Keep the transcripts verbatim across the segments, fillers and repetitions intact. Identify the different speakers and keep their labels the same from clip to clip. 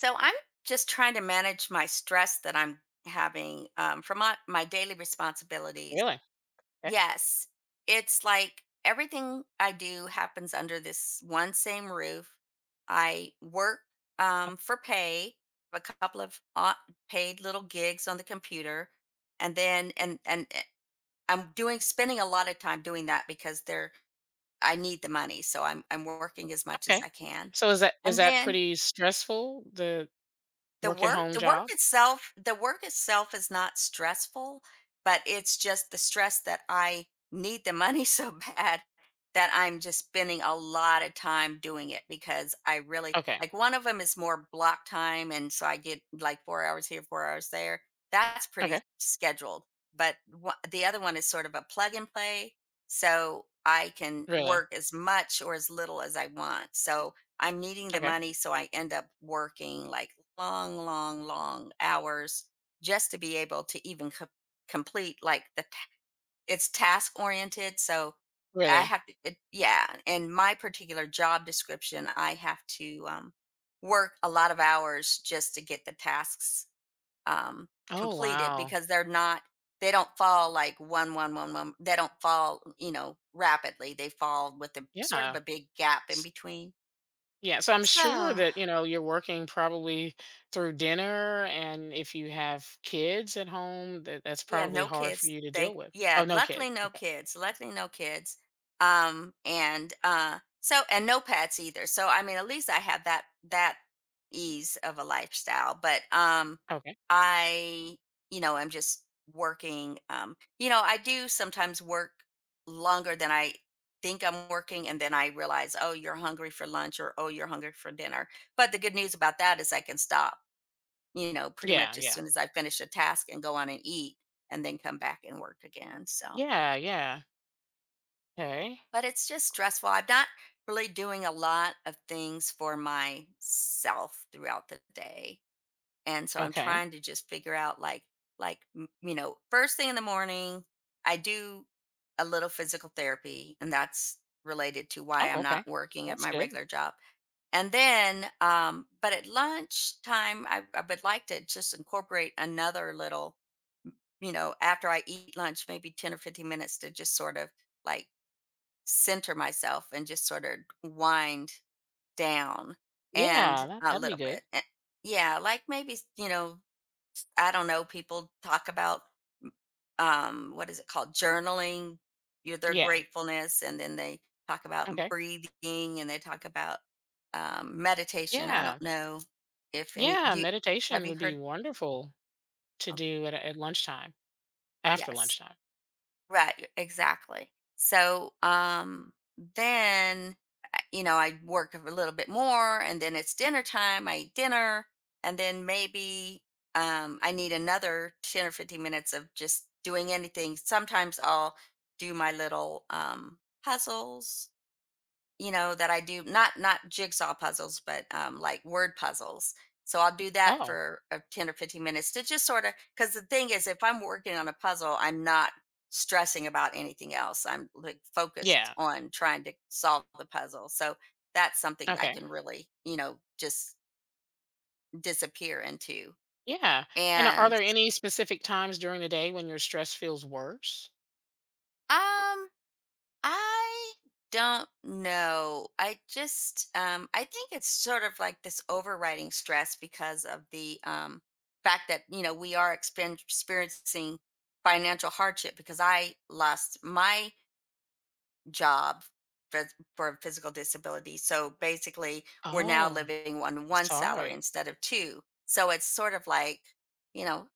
Speaker 1: So I'm just trying to manage my stress that I'm having um, from my, my daily responsibilities.
Speaker 2: Really? Okay.
Speaker 1: Yes, it's like everything I do happens under this one same roof. I work um, for pay, a couple of uh, paid little gigs on the computer, and then and and uh, I'm doing spending a lot of time doing that because they're I need the money, so I'm I'm working as much as
Speaker 2: Okay.
Speaker 1: I can,
Speaker 2: So is that is
Speaker 1: and
Speaker 2: that
Speaker 1: then.
Speaker 2: pretty stressful, the
Speaker 1: The
Speaker 2: work at
Speaker 1: work
Speaker 2: home
Speaker 1: the work
Speaker 2: job?
Speaker 1: itself the work itself is not stressful, but it's just the stress that I need the money so bad that I'm just spending a lot of time doing it because I really
Speaker 2: Okay.
Speaker 1: like one of them is more block time, and so I get like four hours here, four hours there. That's pretty
Speaker 2: Okay.
Speaker 1: scheduled. But wha- the other one is sort of a plug and play, so I can
Speaker 2: Really?
Speaker 1: work as much or as little as I want. So I'm needing the
Speaker 2: Okay.
Speaker 1: money, so I end up working like long, long, long hours just to be able to even co- complete like the ta- it's task oriented. So I
Speaker 2: Really?
Speaker 1: have to, it, yeah. In my particular job description, I have to um, work a lot of hours just to get the tasks um,
Speaker 2: Oh,
Speaker 1: completed
Speaker 2: wow.
Speaker 1: because they're not they don't fall like one one one one they don't fall, you know, rapidly. They fall with a sort of
Speaker 2: Yeah.
Speaker 1: a big gap in
Speaker 2: S-
Speaker 1: between,
Speaker 2: Yeah. So I'm sure
Speaker 1: so.
Speaker 2: that, you know, you're working probably through dinner, and if you have kids at home, that that's
Speaker 1: Yeah,
Speaker 2: probably
Speaker 1: no
Speaker 2: hard for
Speaker 1: kids.
Speaker 2: you to deal
Speaker 1: Thank
Speaker 2: with.
Speaker 1: yeah,
Speaker 2: Oh, no kids.
Speaker 1: luckily no
Speaker 2: Okay.
Speaker 1: kids. Luckily no kids. Um and uh So, and no pets either. So I mean at least I have that that ease of a lifestyle. But um
Speaker 2: Okay.
Speaker 1: I, you know, I'm just working, um you know, I do sometimes work longer than I think I'm working, and then I realize, "Oh, you're hungry for lunch" or "Oh, you're hungry for dinner." But the good news about that is I can stop, you know, pretty
Speaker 2: Yeah,
Speaker 1: much as
Speaker 2: yeah.
Speaker 1: soon as I finish a task, and go on and eat and then come back and work again. So,
Speaker 2: Yeah, yeah. Okay.
Speaker 1: but it's just stressful. I'm not really doing a lot of things for myself throughout the day. And so I'm
Speaker 2: Okay.
Speaker 1: trying to just figure out, like, like, m- you know, first thing in the morning, I do a little physical therapy, and that's related to why
Speaker 2: Oh,
Speaker 1: I'm
Speaker 2: okay.
Speaker 1: not working
Speaker 2: Well,
Speaker 1: at
Speaker 2: that's
Speaker 1: my
Speaker 2: good.
Speaker 1: regular job. And then, um, but at lunchtime, I, I would like to just incorporate another little, you know, after I eat lunch, maybe ten or fifteen minutes to just sort of like center myself and just sort of wind down and
Speaker 2: Yeah, that,
Speaker 1: a
Speaker 2: that'd be
Speaker 1: little
Speaker 2: good.
Speaker 1: bit. Eh, Yeah, like maybe, you know, I don't know, people talk about, um what is it called? Journaling, your their
Speaker 2: Yeah.
Speaker 1: gratefulness, and then they talk about
Speaker 2: Okay.
Speaker 1: breathing, and they talk about um meditation. I
Speaker 2: Yeah.
Speaker 1: don't know if any
Speaker 2: Yeah,
Speaker 1: do you, have
Speaker 2: meditation
Speaker 1: you
Speaker 2: would be
Speaker 1: heard?
Speaker 2: wonderful to
Speaker 1: Oh,
Speaker 2: do at, at lunchtime, after
Speaker 1: yes.
Speaker 2: lunchtime.
Speaker 1: Right, e exactly. So, um, then, uh, you know, I work a little bit more and then it's dinner time, I eat dinner, and then maybe, um, I need another ten or fifteen minutes of just doing anything. Sometimes I'll do my little, um, puzzles, you know, that I do, not not jigsaw puzzles, but, um, like word puzzles. So I'll do that
Speaker 2: Oh,
Speaker 1: for, uh, ten or fifteen minutes to just sorta of because the thing is if I'm working on a puzzle, I'm not stressing about anything else. I'm, like, focused
Speaker 2: yeah.
Speaker 1: on trying to solve the puzzle. So that's something that I
Speaker 2: Okay.
Speaker 1: can really, you know, just disappear into.
Speaker 2: Yeah. And are are
Speaker 1: And,
Speaker 2: there any specific times during the day when your stress feels worse?
Speaker 1: um I don't know. I just, um I think it's sort of like this overriding stress because of the um fact that, you know, we are expen- experiencing financial hardship because I lost my job for, for physical disability. So basically, we're now
Speaker 2: Oh,
Speaker 1: living on one salary
Speaker 2: sorry.
Speaker 1: instead of two. So it's sort of like, you know,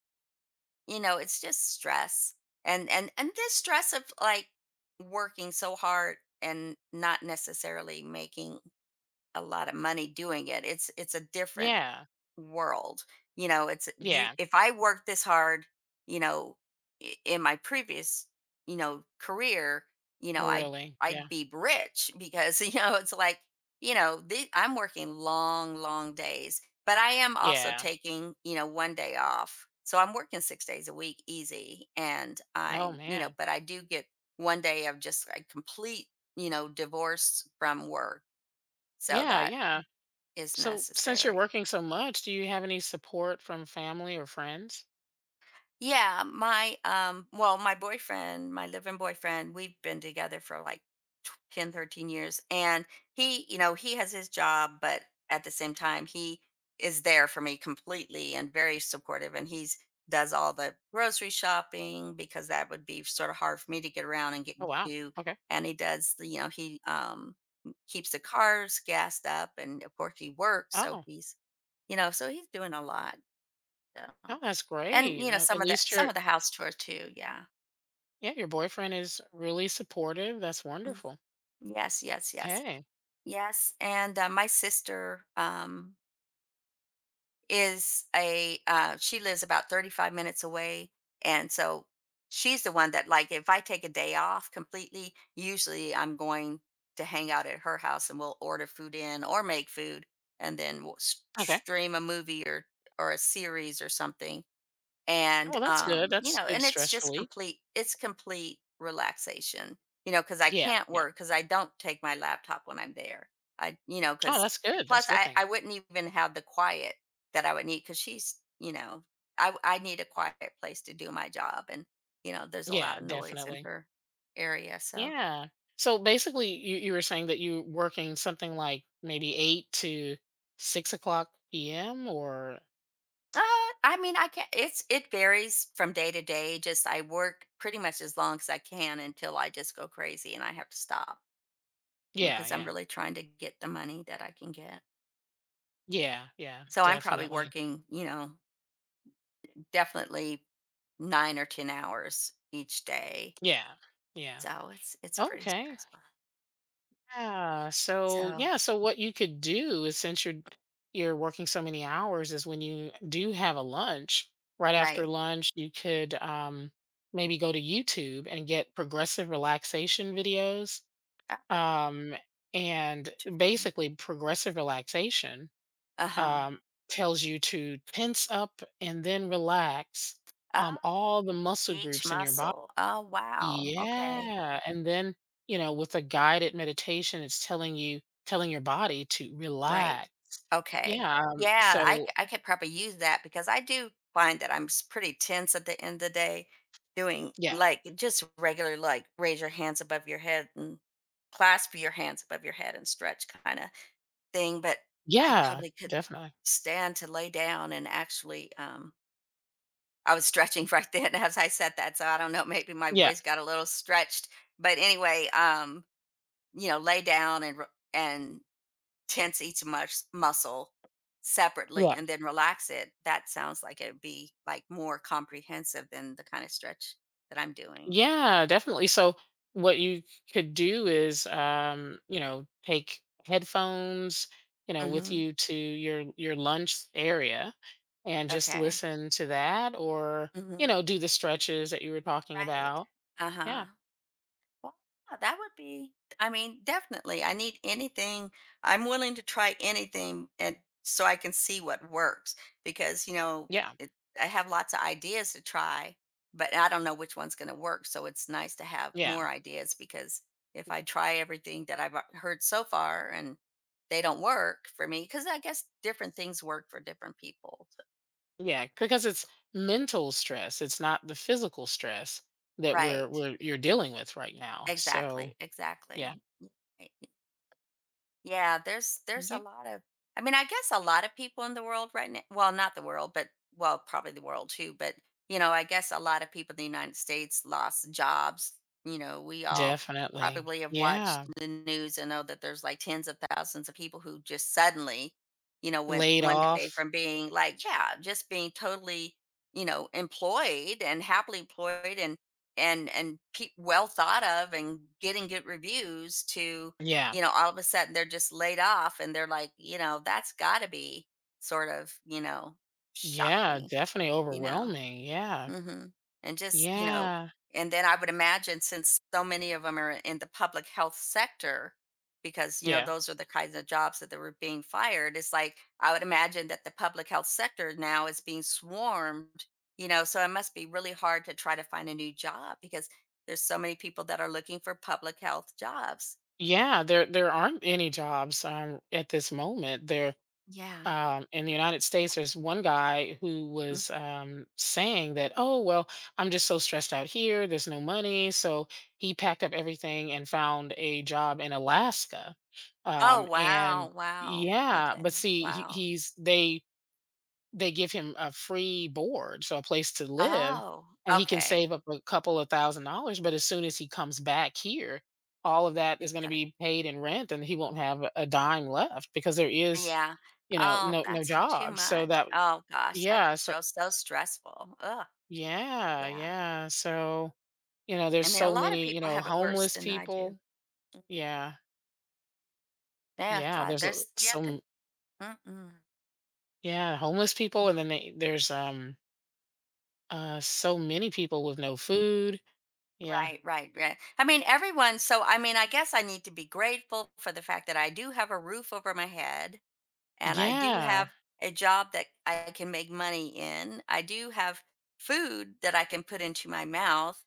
Speaker 1: you know, it's just stress and and and this stress of like working so hard and not necessarily making a lot of money doing it it's it's a different
Speaker 2: Yeah.
Speaker 1: world. You know, it's, you,
Speaker 2: Yeah.
Speaker 1: if I worked this hard, you know, i- in my previous, you know, career, you know, I
Speaker 2: Really? Yeah.
Speaker 1: I'd be rich, because you know, it's like, you know, the, I'm working long, long days, but I am also
Speaker 2: Yeah.
Speaker 1: taking, you know, one day off. So I'm working six days a week, easy, and
Speaker 2: Oh,
Speaker 1: I'm, you know,
Speaker 2: man.
Speaker 1: but I do get one day of just like complete, you know, divorce from work. So
Speaker 2: Yeah.
Speaker 1: that
Speaker 2: Yeah.
Speaker 1: is
Speaker 2: So, since you're
Speaker 1: necessary.
Speaker 2: working so much, do you have any support from family or friends?
Speaker 1: Yeah, my um well, my boyfriend, my living boyfriend, we've been together for like tw- ten thirteen years, and he, you know, he has his job, but at the same time he is there for me completely and very supportive, and he's does all the grocery shopping because that would be sort of hard for me to get around and get
Speaker 2: Oh, wow.
Speaker 1: to,
Speaker 2: Okay.
Speaker 1: and he does the- you know, he um keeps the cars gassed up, and of course he works, so
Speaker 2: Oh,
Speaker 1: he's you know, so he's doing a lot, so.
Speaker 2: oh, that's
Speaker 1: And,
Speaker 2: great.
Speaker 1: you know,
Speaker 2: Uh,
Speaker 1: some
Speaker 2: At
Speaker 1: of the
Speaker 2: least
Speaker 1: some
Speaker 2: your
Speaker 1: of the house tour too, yeah.
Speaker 2: Yeah, your boyfriend is really supportive. That's
Speaker 1: Mhm.
Speaker 2: wonderful.
Speaker 1: Yes, yes, yes.
Speaker 2: Hey.
Speaker 1: Yes, and, uh, my sister, um, is a uh, she lives about thirty-five minutes away, and so she's the one that, like, if I take a day off completely, usually I'm going to hang out at her house, and we'll order food in or make food, and then we'll s
Speaker 2: Okay.
Speaker 1: stream a movie or or a series or something. And,
Speaker 2: Well, that's good.
Speaker 1: um, you
Speaker 2: That's
Speaker 1: know,
Speaker 2: good
Speaker 1: and it's
Speaker 2: stress
Speaker 1: just
Speaker 2: relief.
Speaker 1: complete it's complete relaxation, you know, because I
Speaker 2: Yeah.
Speaker 1: can't work
Speaker 2: Yeah.
Speaker 1: work because I don't take my laptop when I'm there. I you know,
Speaker 2: Oh,
Speaker 1: because
Speaker 2: that's good.
Speaker 1: plus
Speaker 2: That's a good
Speaker 1: I
Speaker 2: thing.
Speaker 1: I wouldn't even have the quiet that I would need because she's you know, I—I need a quiet place to do my job, and, you know, there's a lot
Speaker 2: Yeah,
Speaker 1: of noise in
Speaker 2: definitely.
Speaker 1: her area, so.
Speaker 2: Yeah. So basically, you, you were saying that you're working something like maybe eight to six o'clock p m or.
Speaker 1: Uh, I mean, I can't it's it varies from day to day, just I work pretty much as long as I can until I just go crazy and I have to stop,
Speaker 2: Yeah.
Speaker 1: because I'm
Speaker 2: Yeah.
Speaker 1: really trying to get the money that I can get.
Speaker 2: Yeah. Yeah.
Speaker 1: So I'm probably
Speaker 2: Definitely.
Speaker 1: working, you know, definitely nine or ten hours each day.
Speaker 2: Yeah. Yeah.
Speaker 1: So it's it's pretty
Speaker 2: Okay.
Speaker 1: stressful.
Speaker 2: Yeah. So
Speaker 1: So
Speaker 2: yeah. So what you could do is, since you're you're working so many hours, is when you do have a lunch, right after
Speaker 1: right.
Speaker 2: lunch, you could, um, maybe go to YouTube and get progressive relaxation videos.
Speaker 1: Uh, Oh,
Speaker 2: Um, and
Speaker 1: interesting.
Speaker 2: basically, progressive relaxation,
Speaker 1: Uh-huh.
Speaker 2: um, tells you to tense up and then relax,
Speaker 1: Oh,
Speaker 2: um, all the muscle
Speaker 1: each
Speaker 2: groups in your body.
Speaker 1: muscle. Oh wow. Okay.
Speaker 2: Yeah, and then, you know, with a guided meditation, it's telling you telling your body to
Speaker 1: Right.
Speaker 2: relax.
Speaker 1: Okay.
Speaker 2: Yeah, um,
Speaker 1: Yeah, I c
Speaker 2: so
Speaker 1: I could probably use that because I do find that I'm s pretty tense at the end of the day doing,
Speaker 2: yeah.
Speaker 1: like, just regular, like, raise your hands above your head and clasp your hands above your head and stretch kinda thing, but I
Speaker 2: Yeah,
Speaker 1: probably could
Speaker 2: definitely.
Speaker 1: stand to lay down and actually, um I was stretching right then as I said that, so I don't know, maybe my
Speaker 2: Yeah,
Speaker 1: voice got a little stretched, but anyway, um, you know, lay down and r and tense each mus muscle separately
Speaker 2: yeah.
Speaker 1: and then relax it. That sounds like it'd be, like, more comprehensive than the kinda stretch that I'm doing.
Speaker 2: Yeah, definitely. So what you could do is, um, you know, take headphones, you know, with
Speaker 1: Mhm.
Speaker 2: you to your your lunch area and just
Speaker 1: Okay.
Speaker 2: listen to that, or, you
Speaker 1: Mhm.
Speaker 2: know, do the stretches that you were talking
Speaker 1: Right.
Speaker 2: about.
Speaker 1: Uh-huh.
Speaker 2: Yeah.
Speaker 1: Well, yeah, that would be, I mean, definitely. I need anything. I'm willing to try anything and so I can see what works because, you know,
Speaker 2: Yeah.
Speaker 1: it, I have lots of ideas to try, but I don't know which one's going to work. So it's nice to have
Speaker 2: Yeah.
Speaker 1: more ideas because if I try everything that I've a- heard so far and they don't work for me, because I guess different things work for different people.
Speaker 2: Yeah, because it's mental stress. It's not the physical stress that we're
Speaker 1: Right.
Speaker 2: we're you're dealing with right now. So
Speaker 1: Exactly.
Speaker 2: yeah,
Speaker 1: Exactly. Right. Yeah, there's there's a
Speaker 2: yeah,
Speaker 1: lot of, I mean, I guess a lot of people in the world right now, well, not the world, but well, probably the world too, but you know, I guess a lot of people in the United States lost jobs. You know, we all
Speaker 2: definitely.
Speaker 1: probably have watched
Speaker 2: Yeah,
Speaker 1: the news and know that there's like tens of thousands of people who just suddenly, you know, went
Speaker 2: laid
Speaker 1: one day
Speaker 2: off.
Speaker 1: from being like, yeah, just being totally, you know, employed and happily employed and and and pe- well thought of and getting good reviews to,
Speaker 2: Yeah,
Speaker 1: you know, all of a sudden they're just laid off, and they're like, you know, that's got to be sort of, you know,
Speaker 2: yeah,
Speaker 1: shocking,
Speaker 2: definitely
Speaker 1: you know.
Speaker 2: overwhelming. Yeah,
Speaker 1: Hmm. And just, you know,
Speaker 2: yeah,
Speaker 1: and then I would imagine since so many of them are in the public health sector, because, you know,
Speaker 2: yeah,
Speaker 1: those are the kinds of jobs that they were being fired, it's like I would imagine that the public health sector now is being swarmed, you know, so it must be really hard to try to find a new job because there's so many people that are looking for public health jobs.
Speaker 2: yeah. There there aren't any jobs, um, at this moment. There
Speaker 1: Yeah.
Speaker 2: um, In the United States, there's one guy who was, um, saying that, oh, well, I'm just so stressed out here. There's no money. So he packed up everything and found a job in Alaska.
Speaker 1: Oh,
Speaker 2: Um,
Speaker 1: wow,
Speaker 2: and
Speaker 1: wow.
Speaker 2: yeah,
Speaker 1: Okay,
Speaker 2: but see, he,
Speaker 1: wow.
Speaker 2: he's, they, they give him a free board, so a place to live,
Speaker 1: Oh,
Speaker 2: and he can
Speaker 1: okay.
Speaker 2: save up a couple of thousand dollars. But as soon as he comes back here, all of that
Speaker 1: You
Speaker 2: is going to
Speaker 1: gotta
Speaker 2: be paid in rent, and he won't have a a dime left because there is,
Speaker 1: yeah.
Speaker 2: you know,
Speaker 1: Oh,
Speaker 2: no no
Speaker 1: that's so too
Speaker 2: jobs, so
Speaker 1: much.
Speaker 2: that
Speaker 1: Oh gosh, that's
Speaker 2: yeah, so
Speaker 1: so so stressful. Ugh,
Speaker 2: yeah,
Speaker 1: yeah.
Speaker 2: yeah, so, you know, there's
Speaker 1: I mean, a
Speaker 2: so
Speaker 1: lot of
Speaker 2: many, you
Speaker 1: people
Speaker 2: know,
Speaker 1: have it worse
Speaker 2: homeless
Speaker 1: than I do.
Speaker 2: people. Yeah,
Speaker 1: Yeah,
Speaker 2: yeah,
Speaker 1: God,
Speaker 2: there's a
Speaker 1: there's yeah, the,
Speaker 2: some,
Speaker 1: mm-mm.
Speaker 2: yeah, homeless people, and
Speaker 1: You're
Speaker 2: then they there's, um, uh, so many people with no food. Yeah.
Speaker 1: Right, right, right. I mean, everyone. So, I mean, I guess I need to be grateful for the fact that I do have a roof over my head, and I do
Speaker 2: Yeah.
Speaker 1: have a job that I can make money in. I do have food that I can put into my mouth.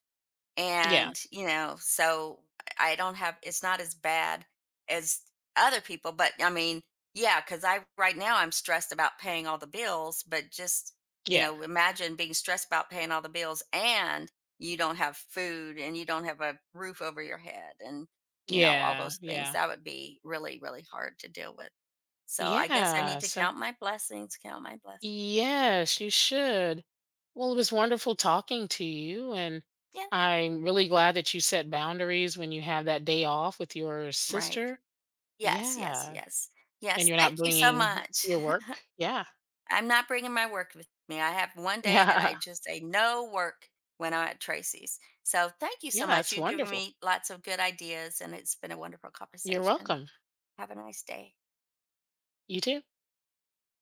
Speaker 2: Yeah.
Speaker 1: And, you know, so I I don't have, it's not as bad as other people. But I mean, yeah, because I, right now, I'm stressed about paying all the bills, but just, you
Speaker 2: Yeah.
Speaker 1: know, imagine being stressed about paying all the bills and you don't have food and you don't have a roof over your head and, you know, all
Speaker 2: Yeah.
Speaker 1: those things.
Speaker 2: Yeah.
Speaker 1: That would be really, really hard to deal with. So I guess I need
Speaker 2: Yeah,
Speaker 1: to
Speaker 2: so
Speaker 1: count my blessings, count my bless.
Speaker 2: Yes, you should. Well, it was wonderful talking to you, and
Speaker 1: Yeah,
Speaker 2: I'm really glad that you set boundaries when you have that day off with your
Speaker 1: right.
Speaker 2: sister.
Speaker 1: Yes, yes,
Speaker 2: Yeah.
Speaker 1: yes.
Speaker 2: And
Speaker 1: Yes,
Speaker 2: you're not
Speaker 1: thank you so
Speaker 2: bringing
Speaker 1: much.
Speaker 2: your work. Yeah.
Speaker 1: I'm not bringing my work with me. I have one day that
Speaker 2: Yeah.
Speaker 1: I just say no work when I'm at Tracy's. So thank you so
Speaker 2: Yeah,
Speaker 1: much.
Speaker 2: it's
Speaker 1: You've given
Speaker 2: wonderful.
Speaker 1: me lots of good ideas, and it's been a wonderful
Speaker 2: You're
Speaker 1: conversation.
Speaker 2: welcome.
Speaker 1: Have a nice day.
Speaker 2: You too.